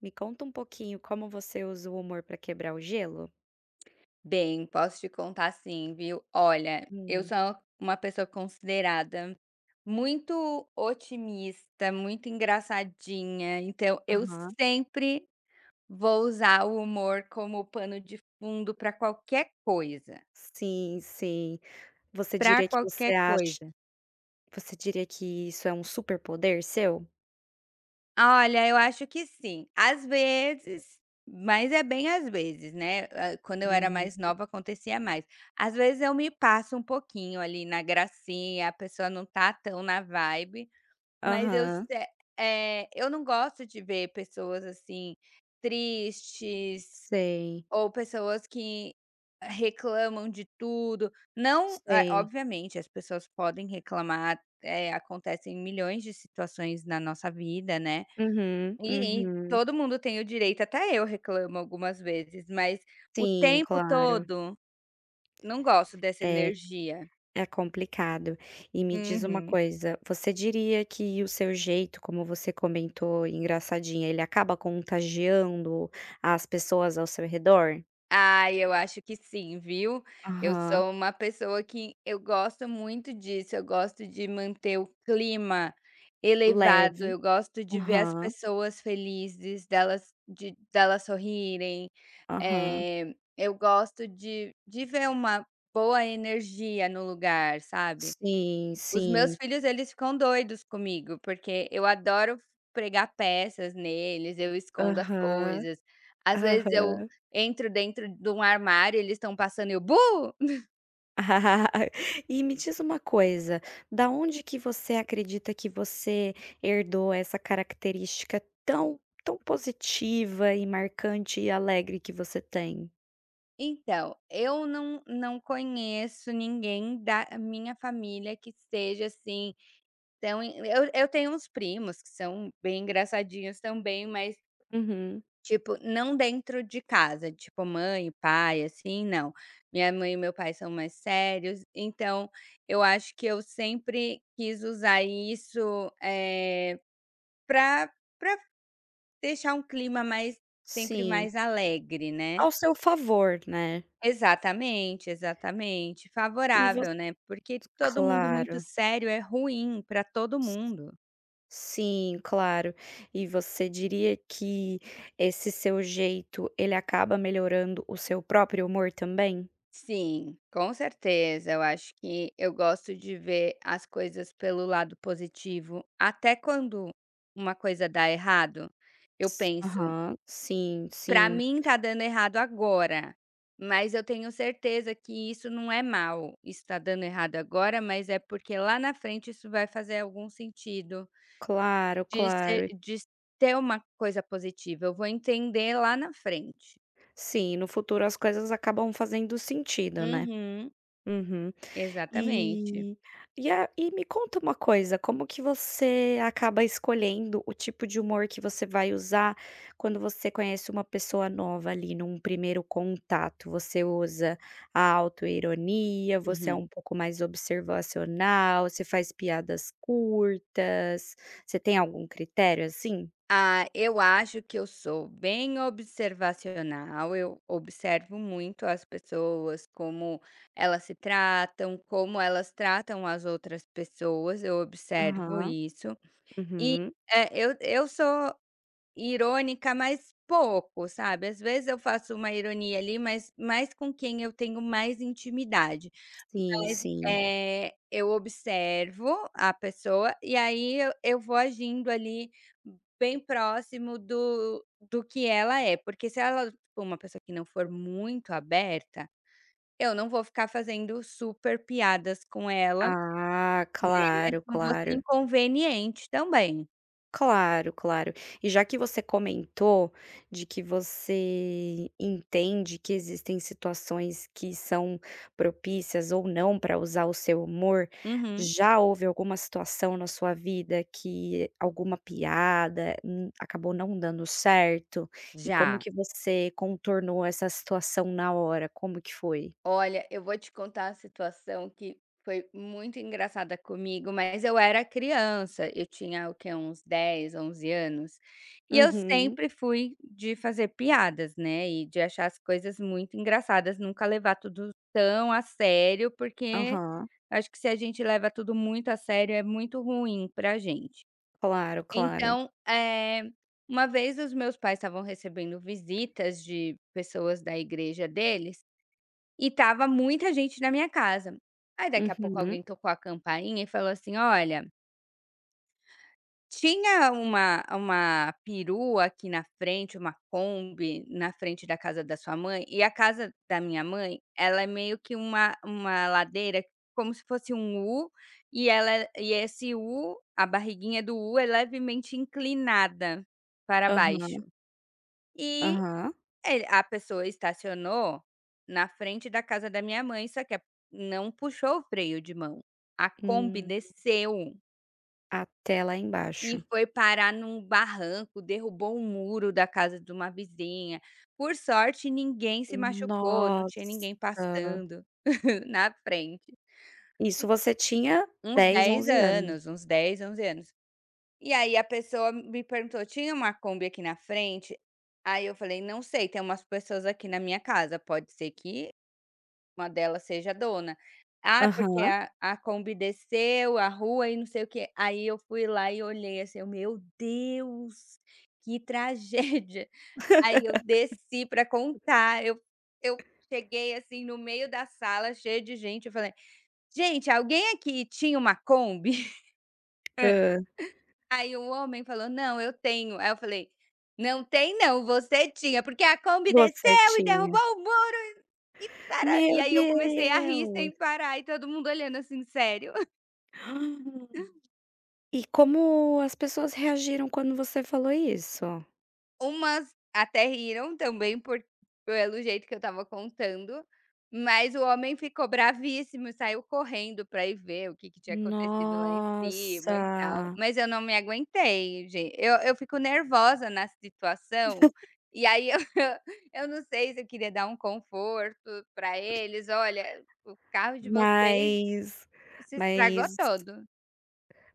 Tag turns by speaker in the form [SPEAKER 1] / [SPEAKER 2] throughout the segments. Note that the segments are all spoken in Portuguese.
[SPEAKER 1] Me conta um pouquinho como você usa o humor para quebrar o gelo?
[SPEAKER 2] Bem, posso te contar sim, viu. Olha, eu
[SPEAKER 1] Hum.
[SPEAKER 2] sou uma pessoa considerada muito otimista, muito engraçadinha, então eu
[SPEAKER 1] Aham.
[SPEAKER 2] sempre vou usar o humor como pano de fundo para qualquer coisa,
[SPEAKER 1] Sim, sim. Você
[SPEAKER 2] para
[SPEAKER 1] diria que você
[SPEAKER 2] qualquer
[SPEAKER 1] acha
[SPEAKER 2] coisa.
[SPEAKER 1] você diria que isso é um superpoder seu?
[SPEAKER 2] Olha, eu acho que sim. Às vezes, mas é bem às vezes, né, quando eu era
[SPEAKER 1] Uhum.
[SPEAKER 2] mais nova acontecia mais. Às vezes eu me passo um pouquinho ali na gracinha, a pessoa não tá tão na vibe, mas eu se
[SPEAKER 1] Aham.
[SPEAKER 2] eh, eu não gosto de ver pessoas, assim, tristes
[SPEAKER 1] Sei,
[SPEAKER 2] ou pessoas que reclamam de tudo. Não
[SPEAKER 1] sei.
[SPEAKER 2] obviamente as pessoas podem reclamar, acontecem milhões de situações na nossa vida, né.
[SPEAKER 1] Uhum,
[SPEAKER 2] E
[SPEAKER 1] uhum.
[SPEAKER 2] todo mundo tem o direito, até eu reclamo algumas vezes, mas o
[SPEAKER 1] Sim,
[SPEAKER 2] tempo
[SPEAKER 1] claro.
[SPEAKER 2] todo, não gosto dessa
[SPEAKER 1] É,
[SPEAKER 2] energia.
[SPEAKER 1] é complicado. E me diz uma
[SPEAKER 2] Uhum.
[SPEAKER 1] coisa, você diria que o seu jeito, como você comentou, engraçadinha, ele acaba contagiando as pessoas ao seu redor?
[SPEAKER 2] Ai, eu acho que sim, viu. Eu
[SPEAKER 1] Aham.
[SPEAKER 2] sou uma pessoa que eu gosto muito disso, eu gosto de manter o clima elevado,
[SPEAKER 1] Leve.
[SPEAKER 2] eu gosto de ver as
[SPEAKER 1] Aham,
[SPEAKER 2] pessoas felizes, delas de delas sorrirem,
[SPEAKER 1] aham.
[SPEAKER 2] eu gosto de ver uma boa energia no lugar, sabe?
[SPEAKER 1] Sim,
[SPEAKER 2] Os meus
[SPEAKER 1] sim.
[SPEAKER 2] filhos, eles ficam doidos comigo, porque eu adoro pregar peças neles, eu escondo as
[SPEAKER 1] Aham,
[SPEAKER 2] coisas. Às vezes eu
[SPEAKER 1] aham.
[SPEAKER 2] entro dentro de um armário, eles estão passando e eu: "Bu!".
[SPEAKER 1] E me diz uma coisa, da onde que você acredita que você herdou essa característica tão positiva e marcante e alegre que você tem?
[SPEAKER 2] Então, eu não conheço ninguém da minha família que seja assim tão en- eu tenho uns primos que são bem engraçadinhos também, mas
[SPEAKER 1] Uhum,
[SPEAKER 2] tipo, não dentro de casa, tipo mãe e pai, assim, não. Minha mãe e meu pai são mais sérios, então eu acho que eu sempre quis usar isso, pra pra deixar um clima mais sempre
[SPEAKER 1] sim.
[SPEAKER 2] mais alegre, né.
[SPEAKER 1] Ao seu favor, né.
[SPEAKER 2] Exatamente, exatamente,
[SPEAKER 1] E voc
[SPEAKER 2] favorável, né, porque todo mundo
[SPEAKER 1] Claro.
[SPEAKER 2] muito sério é ruim pra todo mundo.
[SPEAKER 1] Sim, claro. E você diria que esse seu jeito, ele acaba melhorando o seu próprio humor também?
[SPEAKER 2] Sim, com certeza. Eu acho que eu gosto de ver as coisas pelo lado positivo, até quando uma coisa dá errado, eu
[SPEAKER 1] S
[SPEAKER 2] penso:
[SPEAKER 1] aham, sim,
[SPEAKER 2] "Pra
[SPEAKER 1] sim.
[SPEAKER 2] mim tá dando errado agora, mas eu tenho certeza que isso não é mal. Isso tá dando errado agora, mas é porque lá na frente isso vai fazer algum sentido
[SPEAKER 1] Claro,
[SPEAKER 2] de ser
[SPEAKER 1] claro.
[SPEAKER 2] de ter uma coisa positiva. Eu vou entender lá na frente".
[SPEAKER 1] Sim, no futuro as coisas acabam fazendo sentido, né.
[SPEAKER 2] Uhum,
[SPEAKER 1] Uhum.
[SPEAKER 2] exatamente.
[SPEAKER 1] E e me conta uma coisa, como que você acaba escolhendo o tipo de humor que você vai usar quando você conhece uma pessoa nova ali num primeiro contato? Você usa a autoironia, você é
[SPEAKER 2] Uhum.
[SPEAKER 1] um pouco mais observacional, você faz piadas curtas, você tem algum critério assim?
[SPEAKER 2] Ah, eu acho que eu sou bem observacional, eu observo muito as pessoas, como elas se tratam, como elas tratam as outras pessoas, eu observo
[SPEAKER 1] Aham,
[SPEAKER 2] isso. E
[SPEAKER 1] uhum.
[SPEAKER 2] eu sou irônica, mas pouco, sabe? Às vezes eu faço uma ironia ali, mas mais com quem eu tenho mais intimidade.
[SPEAKER 1] Sim,
[SPEAKER 2] Mas,
[SPEAKER 1] sim.
[SPEAKER 2] eu observo a pessoa e aí eu vou agindo ali bem próximo do que ela é, porque se ela for uma pessoa que não for muito aberta, eu não vou ficar fazendo super piadas com ela,
[SPEAKER 1] Ah,
[SPEAKER 2] né,
[SPEAKER 1] claro,
[SPEAKER 2] não vou ser
[SPEAKER 1] claro.
[SPEAKER 2] inconveniente também.
[SPEAKER 1] Claro, claro. E já que você comentou de que você entende que existem situações que são propícias ou não para usar o seu humor,
[SPEAKER 2] Uhum.
[SPEAKER 1] já houve alguma situação na sua vida que alguma piada acabou não dando certo? E como
[SPEAKER 2] Já.
[SPEAKER 1] que você contornou essa situação na hora? Como que foi?
[SPEAKER 2] Olha, eu vou te contar a situação que foi muito engraçada comigo, mas eu era criança, eu tinha o quê? Uns 10, 11 anos, e eu
[SPEAKER 1] Uhum.
[SPEAKER 2] sempre fui de fazer piadas, né, e de achar as coisas muito engraçadas, nunca levar tudo tão a sério, porque
[SPEAKER 1] Aham.
[SPEAKER 2] acho que se a gente leva tudo muito a sério é muito ruim pra gente.
[SPEAKER 1] Claro, claro.
[SPEAKER 2] Então, uma vez os meus pais estavam recebendo visitas de pessoas da igreja deles e tava muita gente na minha casa. Aí daqui a pouco
[SPEAKER 1] Uhum.
[SPEAKER 2] alguém tocou a campainha e falou assim: "Olha, tinha uma perua aqui na frente, uma Kombi na frente da casa da sua mãe", e a casa da minha mãe, ela é meio que uma ladeira, como se fosse um U, e ela é e esse U, a barriguinha do U é levemente inclinada para
[SPEAKER 1] Aham.
[SPEAKER 2] baixo. E
[SPEAKER 1] Aham.
[SPEAKER 2] ele a pessoa estacionou na frente da casa da minha mãe, só que a não puxou o freio de mão. A Kombi
[SPEAKER 1] Hum,
[SPEAKER 2] desceu
[SPEAKER 1] até lá
[SPEAKER 2] e
[SPEAKER 1] embaixo.
[SPEAKER 2] foi parar num barranco, derrubou um muro da casa de uma vizinha. Por sorte, ninguém se machucou, não tinha
[SPEAKER 1] Nossa!
[SPEAKER 2] ninguém passando na frente.
[SPEAKER 1] Isso você tinha
[SPEAKER 2] Uns
[SPEAKER 1] 10,
[SPEAKER 2] 10
[SPEAKER 1] 11 anos.
[SPEAKER 2] anos, uns 10, 11 anos. E aí a pessoa me perguntou: "Tinha uma Kombi aqui na frente?" Aí eu falei: "Não sei, tem umas pessoas aqui na minha casa, pode ser que" Uma delas seja a dona. Ah, porque
[SPEAKER 1] Aham.
[SPEAKER 2] a Kombi desceu, a rua e não sei o que. Aí eu fui lá e olhei assim, eu: "Meu Deus, que tragédia". Aí eu desci para contar, eu cheguei assim no meio da sala cheia de gente, eu falei: "Gente, alguém aqui tinha uma Kombi?"
[SPEAKER 1] Hã.
[SPEAKER 2] Aí o homem falou: "Não, eu tenho". Aí eu falei: "Não tem não, você tinha, porque a Kombi
[SPEAKER 1] Você
[SPEAKER 2] desceu e derrubou
[SPEAKER 1] tinha.
[SPEAKER 2] o muro". E
[SPEAKER 1] Meu
[SPEAKER 2] aí eu comecei a rir sem
[SPEAKER 1] Deus!
[SPEAKER 2] parar e todo mundo olhando assim, sério.
[SPEAKER 1] E como as pessoas reagiram quando você falou isso?
[SPEAKER 2] Umas até riram também por pelo jeito que eu estava contando, mas o homem ficou bravíssimo e saiu correndo pra ir ver o que que tinha acontecido lá em cima e tal.
[SPEAKER 1] Nossa!
[SPEAKER 2] Mas eu não me aguentei, gente eu fico nervosa na situação, e aí eu eu não sei se eu queria dar um conforto pra eles: "Olha, o carro de vocês
[SPEAKER 1] Mas
[SPEAKER 2] se estragou
[SPEAKER 1] mas
[SPEAKER 2] todo".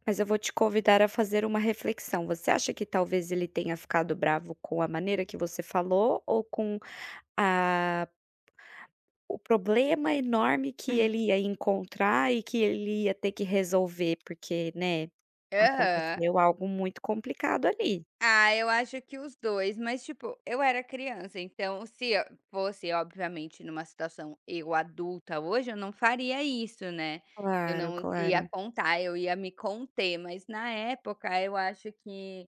[SPEAKER 1] mas eu vou te convidar a fazer uma reflexão. Você acha que talvez ele tenha ficado bravo com a maneira que você falou ou com a o problema enorme que ele ia encontrar e que ele ia ter que resolver, porque, né,
[SPEAKER 2] Aham.
[SPEAKER 1] aconteceu algo muito complicado ali.
[SPEAKER 2] Ah, eu acho que os 2, mas, tipo, eu era criança, então se eu fosse, obviamente, numa situação eu adulta hoje, eu não faria isso, né. Eu
[SPEAKER 1] Claro,
[SPEAKER 2] não ia
[SPEAKER 1] claro.
[SPEAKER 2] contar, eu ia me conter, mas na época eu acho que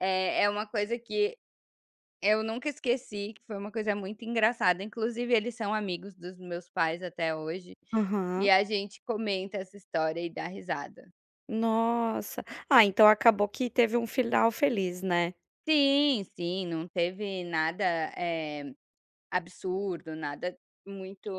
[SPEAKER 2] é uma coisa que eu nunca esqueci, que foi uma coisa muito engraçada, inclusive eles são amigos dos meus pais até hoje, e
[SPEAKER 1] Aham.
[SPEAKER 2] a gente comenta essa história e dá risada.
[SPEAKER 1] Nossa. Ah, então acabou que teve um final feliz, né?
[SPEAKER 2] Sim, sim, não teve nada, eh Absurdo, nada muito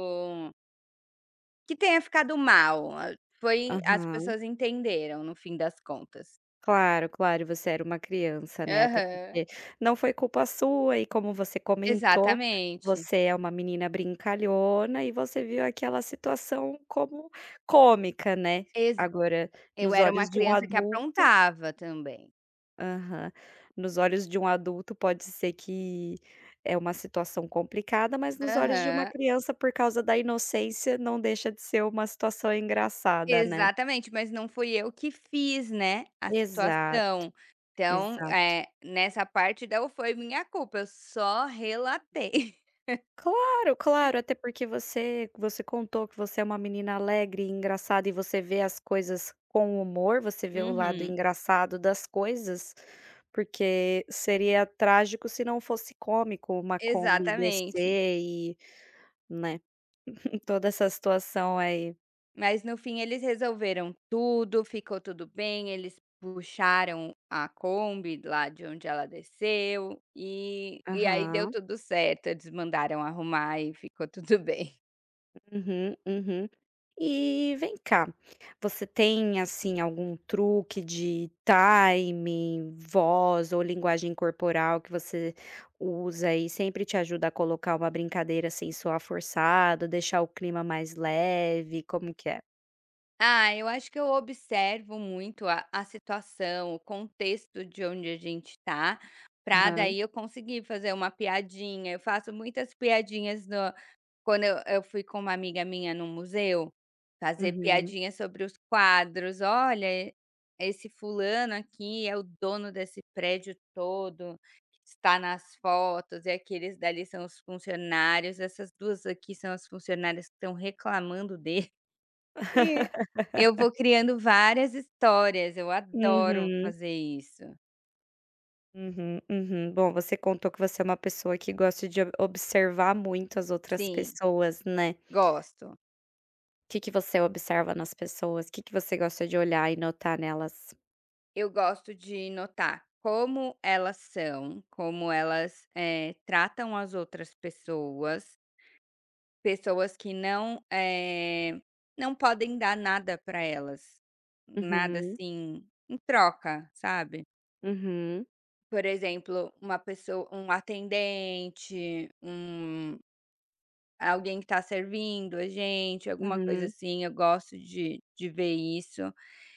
[SPEAKER 2] que tenha ficado mal, a foi as
[SPEAKER 1] Aham.
[SPEAKER 2] pessoas entenderam no fim das contas.
[SPEAKER 1] Claro, claro, e você era uma criança, né, até
[SPEAKER 2] Aham,
[SPEAKER 1] porque não foi culpa sua e como você comentou,
[SPEAKER 2] exatamente.
[SPEAKER 1] você é uma menina brincalhona e você viu aquela situação como cômica, né.
[SPEAKER 2] Ex
[SPEAKER 1] Agora,
[SPEAKER 2] eu
[SPEAKER 1] nos
[SPEAKER 2] era uma
[SPEAKER 1] olhos de um
[SPEAKER 2] criança que
[SPEAKER 1] adulto
[SPEAKER 2] aprontava também.
[SPEAKER 1] Aham. Nos olhos de um adulto pode ser que é uma situação complicada, mas nos olhos de uma
[SPEAKER 2] Aham,
[SPEAKER 1] criança, por causa da inocência, não deixa de ser uma situação engraçada, né.
[SPEAKER 2] exatamente, mas não fui eu que fiz, né, a
[SPEAKER 1] Exato,
[SPEAKER 2] situação. Então,
[SPEAKER 1] exato.
[SPEAKER 2] é nessa parte não foi minha culpa, eu só relatei.
[SPEAKER 1] Claro, claro, até porque você contou que você é uma menina alegre e engraçada e você vê as coisas com humor, você vê o lado
[SPEAKER 2] Uhum,
[SPEAKER 1] engraçado das coisas, porque seria trágico se não fosse cômico uma Kombi
[SPEAKER 2] exatamente.
[SPEAKER 1] descer e, né, toda essa situação aí.
[SPEAKER 2] Mas no fim eles resolveram tudo, ficou tudo bem, eles puxaram a Kombi lá de onde ela desceu, e aí deu
[SPEAKER 1] Aham.
[SPEAKER 2] tudo certo, eles mandaram arrumar e ficou tudo bem.
[SPEAKER 1] Uhum, uhum. E vem cá, você tem, assim, algum truque de timing, voz ou linguagem corporal que você usa e sempre te ajuda a colocar uma brincadeira sem soar forçado, deixar o clima mais leve, como que é?
[SPEAKER 2] Ah, eu acho que eu observo muito a situação, o contexto de onde a gente tá, pra
[SPEAKER 1] Aham.
[SPEAKER 2] daí eu conseguir fazer uma piadinha. Eu faço muitas piadinhas no quando eu fui com uma amiga minha no museu, fazer
[SPEAKER 1] Uhum.
[SPEAKER 2] piadinha sobre os quadros. "Olha, esse fulano aqui é o dono desse prédio todo, que está nas fotos, e aqueles dali são os funcionários. Essas 2 aqui são as funcionárias que estão reclamando dele". E eu vou criando várias histórias, eu adoro
[SPEAKER 1] Uhum,
[SPEAKER 2] fazer isso.
[SPEAKER 1] uhum, uhum. Bom, você contou que você é uma pessoa que gosta de ob observar muito as outras
[SPEAKER 2] Sim,
[SPEAKER 1] pessoas, né?
[SPEAKER 2] gosto.
[SPEAKER 1] Que você observa nas pessoas? Que você gosta de olhar e notar nelas?
[SPEAKER 2] Eu gosto de notar como elas são, como elas, tratam as outras pessoas, pessoas que não, não podem dar nada para elas, nada
[SPEAKER 1] Uhum,
[SPEAKER 2] assim, em troca, sabe.
[SPEAKER 1] uhum,
[SPEAKER 2] Por exemplo, uma pessoa um atendente, alguém que está servindo a gente, alguma coisa
[SPEAKER 1] uhum.
[SPEAKER 2] assim, eu gosto de ver isso.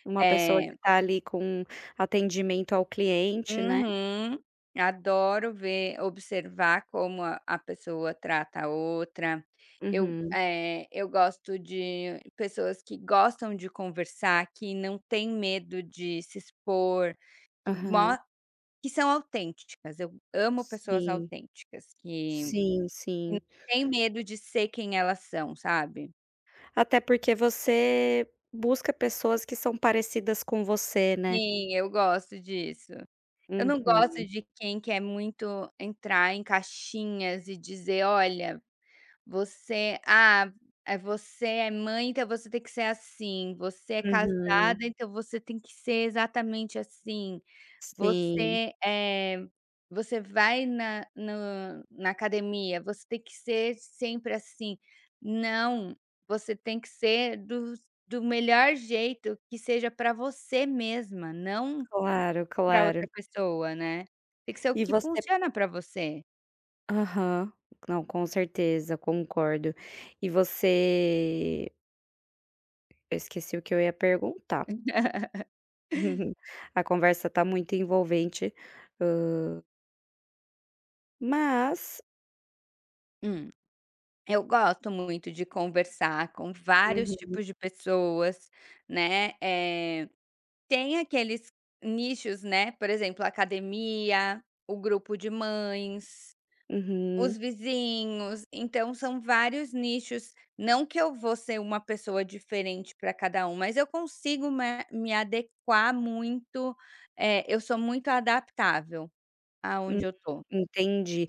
[SPEAKER 1] Uma pessoa
[SPEAKER 2] É,
[SPEAKER 1] que tá ali com atendimento ao cliente, né.
[SPEAKER 2] uhum. Adoro ver observar como a pessoa trata a outra. Eu,
[SPEAKER 1] Uhum,
[SPEAKER 2] é, eu gosto de pessoas que gostam de conversar, que não têm medo de se expor, que
[SPEAKER 1] aham.
[SPEAKER 2] mo que são autênticas. Eu amo pessoas
[SPEAKER 1] Sim,
[SPEAKER 2] autênticas, que
[SPEAKER 1] sim,
[SPEAKER 2] que não
[SPEAKER 1] sim.
[SPEAKER 2] têm medo de ser quem elas são, sabe.
[SPEAKER 1] Até porque você busca pessoas que são parecidas com você, né.
[SPEAKER 2] Sim, eu gosto disso. Eu não gosto
[SPEAKER 1] Uhum,
[SPEAKER 2] de quem quer muito entrar em caixinhas e dizer: "Olha, você ah, você é mãe, então você tem que ser assim. Você é
[SPEAKER 1] uhum.
[SPEAKER 2] casada, então você tem que ser exatamente assim.
[SPEAKER 1] Sim,
[SPEAKER 2] Você, eh, você vai na no na academia, você tem que ser sempre assim". Não, você tem que ser do melhor jeito que seja para você mesma, não
[SPEAKER 1] claro,
[SPEAKER 2] pra
[SPEAKER 1] claro.
[SPEAKER 2] outra pessoa, né. Tem que ser o
[SPEAKER 1] E
[SPEAKER 2] que
[SPEAKER 1] você
[SPEAKER 2] funciona pra você.
[SPEAKER 1] Aham. Não, com certeza, concordo. E você eu esqueci o que eu ia perguntar. A conversa tá muito envolvente, mas
[SPEAKER 2] Hum, eu gosto muito de conversar com vários
[SPEAKER 1] uhum,
[SPEAKER 2] tipos de pessoas, né, tem aqueles nichos, né, por exemplo, a academia, o grupo de mães, os
[SPEAKER 1] uhum,
[SPEAKER 2] vizinhos, então são vários nichos. Não que eu vou ser uma pessoa diferente para cada um, mas eu consigo me adequar muito, eu sou muito adaptável
[SPEAKER 1] hum,
[SPEAKER 2] aonde eu tô.
[SPEAKER 1] entendi.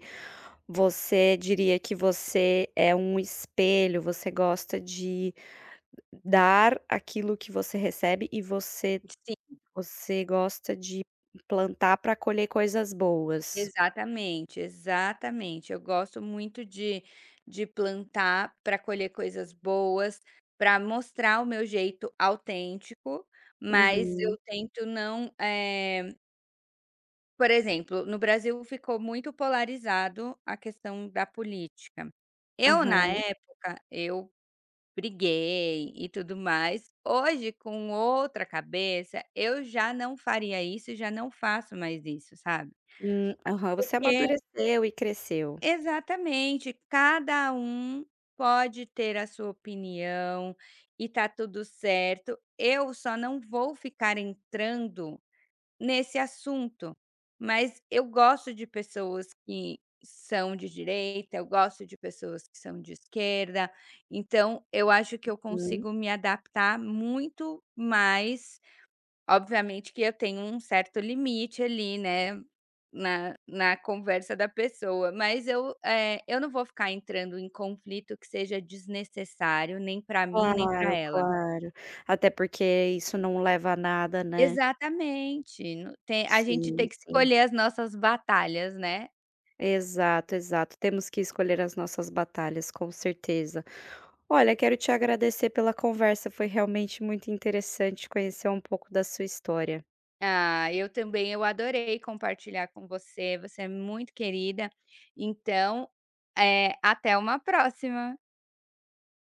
[SPEAKER 1] Você diria que você é um espelho, você gosta de dar aquilo que você recebe e você
[SPEAKER 2] Sim,
[SPEAKER 1] você gosta de plantar para colher coisas boas.
[SPEAKER 2] exatamente, exatamente. Eu gosto muito de plantar para colher coisas boas, para mostrar o meu jeito autêntico, mas
[SPEAKER 1] Uhum,
[SPEAKER 2] eu tento não. Por exemplo, no Brasil ficou muito polarizado a questão da política. Eu, na
[SPEAKER 1] aham,
[SPEAKER 2] época, eu briguei e tudo mais. Hoje, com outra cabeça, eu já não faria isso, e já não faço mais isso, sabe?
[SPEAKER 1] aham, você
[SPEAKER 2] Porque
[SPEAKER 1] amadureceu e cresceu.
[SPEAKER 2] Exatamente, cada um pode ter a sua opinião e tá tudo certo. Eu só não vou ficar entrando nesse assunto, mas eu gosto de pessoas que são de direita, eu gosto de pessoas que são de esquerda, então eu acho que eu
[SPEAKER 1] Uhum.
[SPEAKER 2] consigo me adaptar muito mais. Obviamente que eu tenho um certo limite ali, né, na conversa da pessoa, mas eu não vou ficar entrando em conflito que seja desnecessário, nem para mim, nem para
[SPEAKER 1] Claro,
[SPEAKER 2] ela.
[SPEAKER 1] claro. Até porque isso não leva a nada, né.
[SPEAKER 2] Exatamente, no tem a gente tem
[SPEAKER 1] Sim,
[SPEAKER 2] que
[SPEAKER 1] sim.
[SPEAKER 2] escolher as nossas batalhas, né.
[SPEAKER 1] Exato, exato. Temos que escolher as nossas batalhas, com certeza. Olha, quero te agradecer pela conversa, foi realmente muito interessante conhecer um pouco da sua história.
[SPEAKER 2] Ah, eu também, eu adorei compartilhar com você, você é muito querida, então, até uma próxima.